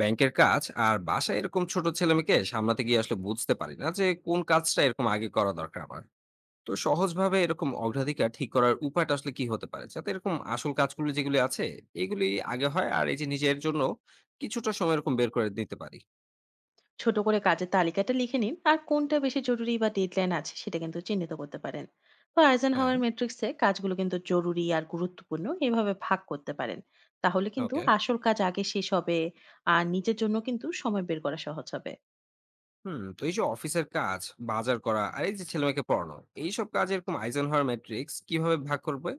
ব্যাংকের কাজ আর বাসায় এরকম ছোট ছেলেমেয়েকে সামলাতে গিয়ে আসলে বুঝতে পারি না যে কোন কাজটা এরকম আগে করা দরকার আমার। তো সহজভাবে এরকম অগ্রাধিকার ঠিক করার উপায়টা আসলে কি হতে পারে, যাতে এরকম আসল কাজগুলো যেগুলি আছে এগুলি আগে হয় আর এই যে নিজের জন্য কিছুটা সময় এরকম বের করে নিতে পারি? ছোট করে কাজের তালিকাটা লিখে নিন আর কোনটা বেশি জরুরি বা ডেডলাইন আছে সেটা কিন্তু চিহ্নিত করতে পারেন। তো আইজেন হ্যাঁ। হাওয়ার ম্যাট্রিক্সে কাজগুলো কিন্তু জরুরি আর গুরুত্বপূর্ণ এভাবে ভাগ করতে পারেন। তাহলে কিন্তু ওকে। আসল কাজ আগে শেষ হবে। আর নিজের জন্য কিন্তু সময় বের করা সহজ হবে। হুম, তো এই যে অফিসের কাজ, বাজার করা আর এই যে ছেলেমেয়েকে পড়ানো, এইসব কাজ এরকম আইজেনহাওয়ার ম্যাট্রিক্স কিভাবে ভাগ করবে?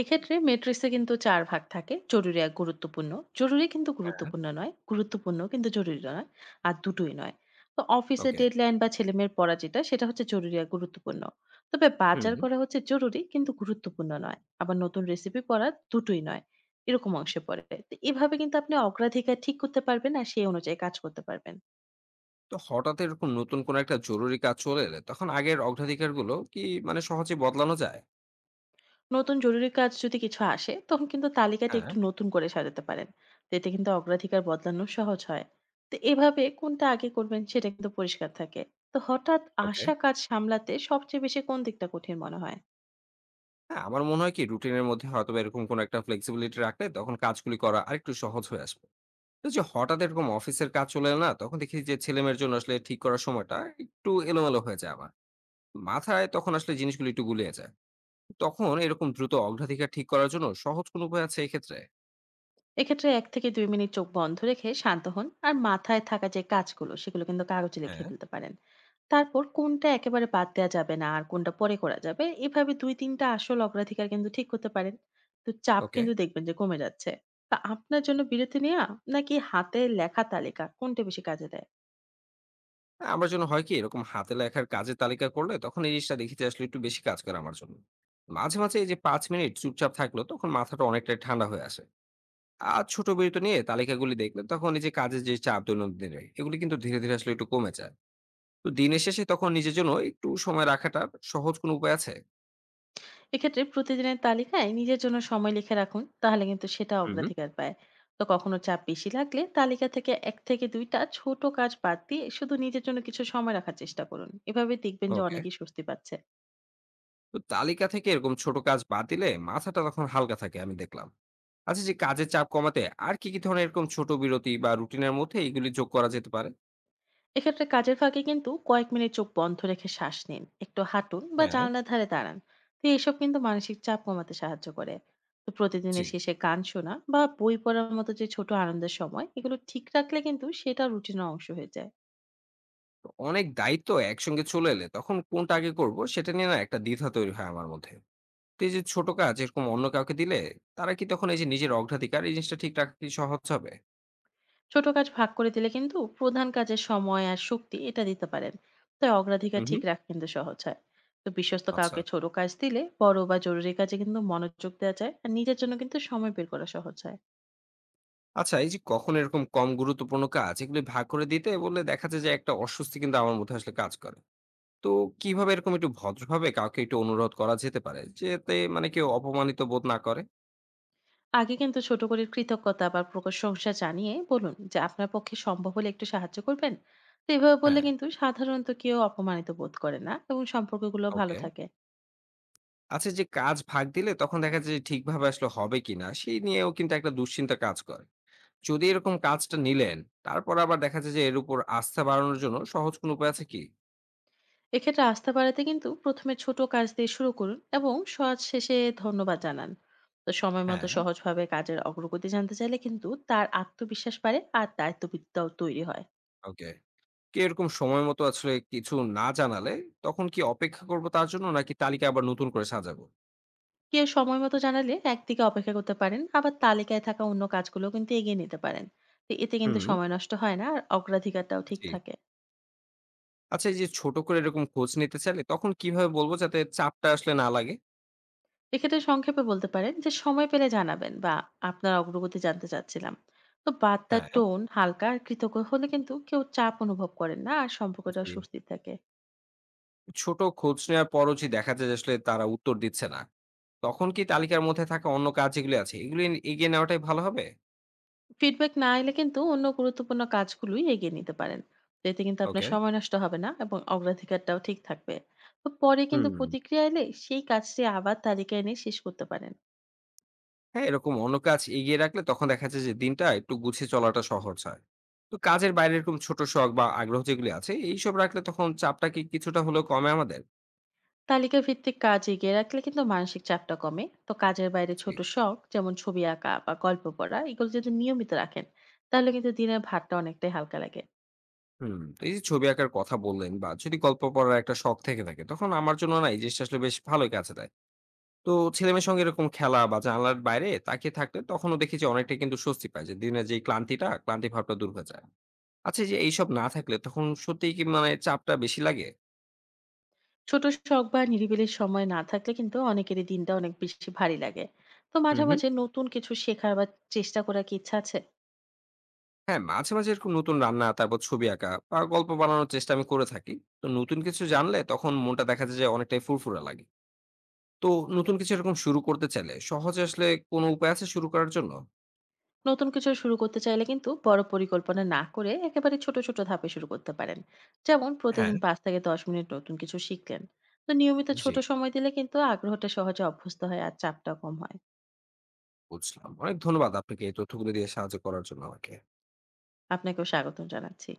এক্ষেত্রে মেট্রিক্সে কিন্তু ৪ ভাগ থাকে। জরুরি আর গুরুত্বপূর্ণ। জরুরি কিন্তু গুরুত্বপূর্ণ নয়। গুরুত্বপূর্ণ কিন্তু জরুরি নয়। আর দুটোই নয়। তো অফিসের ওকে। ডেডলাইন বা ছেলেমেয়ের পড়া যেটা সেটা হচ্ছে জরুরি আর গুরুত্বপূর্ণ। তবে হুম, বাজার করা হচ্ছে জরুরি কিন্তু গুরুত্বপূর্ণ নয়। আবার নতুন রেসিপি পড়া দুটোই নয়। এরকম অংশে পড়ে। তো এভাবে কিন্তু আপনি অগ্রাধিকার ঠিক করতে পারবেন আর সেই অনুযায়ী কাজ করতে পারবেন। তো হঠাৎ এরকম নতুন কোনো একটা জরুরি কাজ চলে এলে তখন আগের অগ্রাধিকারগুলো কি মানে সহজে বদলানো যায়? নতুন জরুরি কাজ যদি কিছু আসে তখন কিন্তু তালিকাটা হ্যাঁ, একটু নতুন করে সাজাতে পারেন। তো এতে কিন্তু অগ্রাধিকার বদলানো সহজ হয়। তো এভাবে কোনটা আগে করবেন সেটা কিন্তু পরিষ্কার থাকে। তো হঠাৎ ওকে। আসা কাজ সামলাতে সবচেয়ে বেশি কোন দিকটা কঠিন মনে হয়? হ্যাঁ, আমার মনে হয় কি রুটিনের মধ্যে হয়তোবা এরকম কোনো একটা ফ্লেক্সিবিলিটি রাখলে তখন কাজগুলি করা আরেকটু সহজ হয়ে আসবে। তো যে হঠাৎ এরকম অফিসের কাজ চলে এলো না, তখন দেখি যে ছেলেমেয়ের জন্য আসলে ঠিক করার সময়টা একটু এলোমেলো হয়ে যায় আমার। মাথায় তখন আসলে জিনিসগুলো একটু গুলিয়ে যায়। তখন এরকম দ্রুত অগ্রাধিকার ঠিক করার জন্য সহজ কোনো উপায় আছে এক্ষেত্রে? এক্ষেত্রে ১ থেকে ২ মিনিট চোখ বন্ধ রেখে শান্ত হন আর মাথায় থাকা যে কাজগুলো সেগুলো কিন্তু কাগজে লিখে হ্যাঁ, ফেলতে পারেন। তারপর কোনটা একেবারে বাদ দেওয়া যাবে না আর কোনটা পরে করা যাবে এভাবে ২-৩ টা আসল অগ্রাধিকার কিন্তু ঠিক করতে পারেন। তো চাপ ওকে। কিন্তু দেখবেন যে কমে যাচ্ছে। তা আপনার জন্য বিরতি নেয়া নাকি হাতে লেখা তালিকা কোনটা বেশি কাজে দেয়? হ্যাঁ, আমার জন্য হয় কি এরকম হাতে লেখার কাজের তালিকা করলে তখন এই জিনিসটা দেখি যে আসলে একটু বেশি কাজ করে আমার জন্য। মাঝে মাঝে এই যে 5 মিনিট চুপচাপ থাকলো তখন মাথাটা অনেকটাই ঠান্ডা হয়ে আসে। আর ছোট বিরতি নিয়ে তালিকাগুলি দেখলে তখন এই যে কাজের যে চাপ দৈনন্দিন, এগুলি কিন্তু ধীরে ধীরে আসলে একটু কমে যায়। তো দিনের শেষে তখন নিজের জন্য একটু সময় রাখাটার সহজ কোনো উপায় আছে? এক্ষেত্রে প্রতিদিনের তালিকায় নিজের জন্য সময় লিখে রাখুন, তাহলে কিন্তু সেটা হুম। অগ্রাধিকার পায়। তো কখনো চাপ বেশি লাগলে তালিকা থেকে ১ থেকে ২ টা ছোট কাজ বাদ দিয়ে শুধু নিজের জন্য কিছু সময় রাখার চেষ্টা করুন। এভাবে দেখবেন যে ওকে। অনেকেই স্বস্তি পাচ্ছে। তো তালিকা থেকে এরকম ছোট কাজ বাদ দিলে মাথাটা তখন হালকা থাকে, আমি দেখলাম। আচ্ছা, যে কাজের চাপ কমাতে আর কি কি ধরনের এরকম ছোট বিরতি বা রুটিনের মধ্যে এগুলি যোগ করা যেতে পারে? এক্ষেত্রে কাজের ফাঁকে কিন্তু কয়েক মিনিট চোখ বন্ধ রেখে শ্বাস নিন, একটু হাঁটুন বা হ্যাঁ। জানলার ধারে দাঁড়ান। তো এসব কিন্তু মানসিক চাপ কমাতে সাহায্য করে। তো জি। প্রতিদিনের শেষে গান শোনা বা বই পড়ার মতো যে ছোট আনন্দের সময়, এগুলো ঠিক রাখলে কিন্তু সেটা রুটিনের অংশ হয়ে যায়। তো অনেক দায়িত্ব একসঙ্গে চলে এলে তখন কোনটা আগে করব সেটা নিয়ে না একটা দ্বিধা তৈরি হয় আমার মধ্যে। তো এই যে ছোট কাজ এরকম অন্য কাউকে দিলে তারা কি তখন এই যে নিজের অগ্রাধিকার, এই জিনিসটা ঠিক রাখা কি সহজ হবে? ছোট কাজ ভাগ করে দিলে কিন্তু প্রধান কাজের সময় আর শক্তি এটা দিতে পারেন। তাই অগ্রাধিকার হুম, ঠিক হুম। রাখা কিন্তু সহজ হয়। তো বিশ্বস্ত আচ্ছা। কাউকে ছোট কাজ দিলে বড় বা জরুরি কাজে কিন্তু মনোযোগ দেওয়া যায় আর নিজের জন্য কিন্তু সময় বের করা সহজ হয়। আচ্ছা, এই যে কখন এরকম কম গুরুত্বপূর্ণ কাজ এগুলি ভাগ করে দিতে বললে দেখা যায় যে একটা অস্বস্তি কিন্তু আমার মধ্যে আসলে কাজ করে। তো কিভাবে এরকম একটু ভদ্রভাবে কাউকে একটু অনুরোধ করা যেতে পারে, যাতে মানে কেউ অপমানিত বোধ না করে? আগে কিন্তু ছোট করে কৃতজ্ঞতা বা প্রশংসা জানিয়ে বলুন যে আপনার পক্ষে সম্ভব হলে একটু সাহায্য করবেন। তো এভাবে বললে হ্যাঁ, কিন্তু সাধারণত কেউ অপমানিত বোধ করে না এবং সম্পর্কগুলো ভালো ওকে। থাকে। আচ্ছা, যে কাজ ভাগ দিলে তখন দেখা যায় যে ঠিকভাবে আসলে হবে কিনা সেই নিয়েও কিন্তু একটা দুশ্চিন্তা কাজ করে। যদি এরকম কাজটা নিলেন, তারপর আবার দেখা যায় যে এর উপর আস্থা বাড়ানোর জন্য সহজ কোনো উপায় আছে কি? এক্ষেত্রে আস্থা বাড়াতে কিন্তু প্রথমে ছোট কাজ দিয়ে শুরু করুন এবং সহজ শেষে ধন্যবাদ জানান। তো সময় মতো হ্যাঁ। সহজভাবে কাজের অগ্রগতি জানতে চাইলে কিন্তু তার আত্মবিশ্বাস বাড়ে আর দায়িত্ববিদ্যাও তৈরি হয়। ওকে। কি এরকম সময় মতো আসলে কিছু না জানালে তখন কি অপেক্ষা করবো তার জন্য, নাকি তালিকা আবার নতুন করে সাজাবো? কেউ সময় মতো জানালে একদিকে অপেক্ষা করতে পারেন, আবার তালিকায় থাকা অন্য কাজগুলো কিন্তু এগিয়ে নিতে পারেন। তো এতে কিন্তু হুম। সময় নষ্ট হয় না আর অগ্রাধিকারটাও ঠিক জি। থাকে। আচ্ছা, এই যে ছোট করে এরকম খোঁজ নিতে চাইলে তখন কিভাবে বলবো যাতে চাপটা আসলে না লাগে? এক্ষেত্রে সংক্ষেপে বলতে পারেন যে সময় পেলে জানাবেন, বা আপনার অগ্রগতি জানতে চাচ্ছিলাম। তো বার্তার হ্যাঁ। টোন হালকা আর কৃতজ্ঞ হলে কিন্তু কেউ চাপ অনুভব করেন না আর সম্পর্কটা জি। সুস্থির থাকে। ছোট খোঁজ নেওয়ার পরও যে দেখা যায় যে আসলে তারা উত্তর দিচ্ছে না, তখন কি তালিকার মধ্যে থাকা অন্য কাজ যেগুলি আছে, এগুলি এগিয়ে নেওয়াটাই ভালো হবে? ফিডব্যাক না এলে কিন্তু অন্য গুরুত্বপূর্ণ কাজগুলোই এগিয়ে নিতে পারেন। তো এতে কিন্তু আপনার ওকে। সময় নষ্ট হবে না এবং অগ্রাধিকারটাও ঠিক থাকবে। তো পরে কিন্তু হুম। প্রতিক্রিয়া এলে সেই কাজটি আবার তালিকায় এনে শেষ করতে পারেন। হ্যাঁ, এরকম অন্য কাজ এগিয়ে রাখলে তখন দেখা যায় যে দিনটা একটু গুছিয়ে চলাটা সহজ হয়। তো কাজের বাইরে এরকম ছোট শখ বা আগ্রহ যেগুলি আছে, এইসব রাখলে তখন চাপটা কি কিছুটা হলেও কমে আমাদের? তালিকা ভিত্তিক কাজ এগিয়ে রাখলে কিন্তু মানসিক চাপটা কমে। তো কাজের বাইরে জি। ছোট শখ, যেমন ছবি আঁকা বা গল্প পড়া, এগুলো যদি নিয়মিত রাখেন তাহলে কিন্তু দিনের ভারটা অনেকটাই হালকা লাগে। হুম। তো এই যে ছবি আঁকার কথা বললেন বা যদি গল্প পড়ার একটা শখ থেকে থাকে, তখন আমার জন্য না এই জিনিসটা আসলে বেশ ভালোই কাজে দেয়। তো ছেলেমেয়ের সঙ্গে এরকম খেলা বা জানালার বাইরে তাকিয়ে থাকলে তখনও দেখি যে অনেকটাই কিন্তু স্বস্তি পায়, যে দিনের যে ক্লান্তি ভাবটা দূর হয়ে যায়। আচ্ছা, এই যে এইসব না থাকলে তখন সত্যিই কি মানে চাপটা বেশি লাগে? ছোট শখ বা নিরিবিলির সময় না থাকলে কিন্তু অনেকেরই দিনটা অনেক বেশি ভারী লাগে। তো হুম, মাঝে হুম। মাঝে নতুন কিছু শেখার বা চেষ্টা করার কি ইচ্ছা আছে? হ্যাঁ, মাঝে, মাঝে এরকম নতুন রান্না, তারপর ছবি আঁকা বা গল্প বানানোর চেষ্টা আমি করে থাকি। তো নতুন কিছু জানলে তখন মনটা দেখা যায় যে অনেকটাই ফুরফুরা লাগে। তো নতুন কিছু এরকম শুরু করতে চাইলে সহজে আসলে কোনো উপায় আছে শুরু করার জন্য? নতুন কিছু শুরু করতে চাইলে কিন্তু বড় পরিকল্পনা না করে একেবারে ছোট ছোট ধাপে শুরু করতে পারেন। যেমন হ্যাঁ। প্রতিদিন ৫ থেকে ১০ মিনিট নতুন কিছু শিখলেন। তো নিয়মিত জি, ছোট সময় দিলে কিন্তু আগ্রহটা সহজে অভ্যস্ত হয় আর চাপটা কম হয়। বুঝলাম। অনেক ধন্যবাদ আপনাকে এই তথ্যগুলো দিয়ে সাহায্য করার জন্য আমাকে। আপনাকেও স্বাগতম জানাচ্ছি।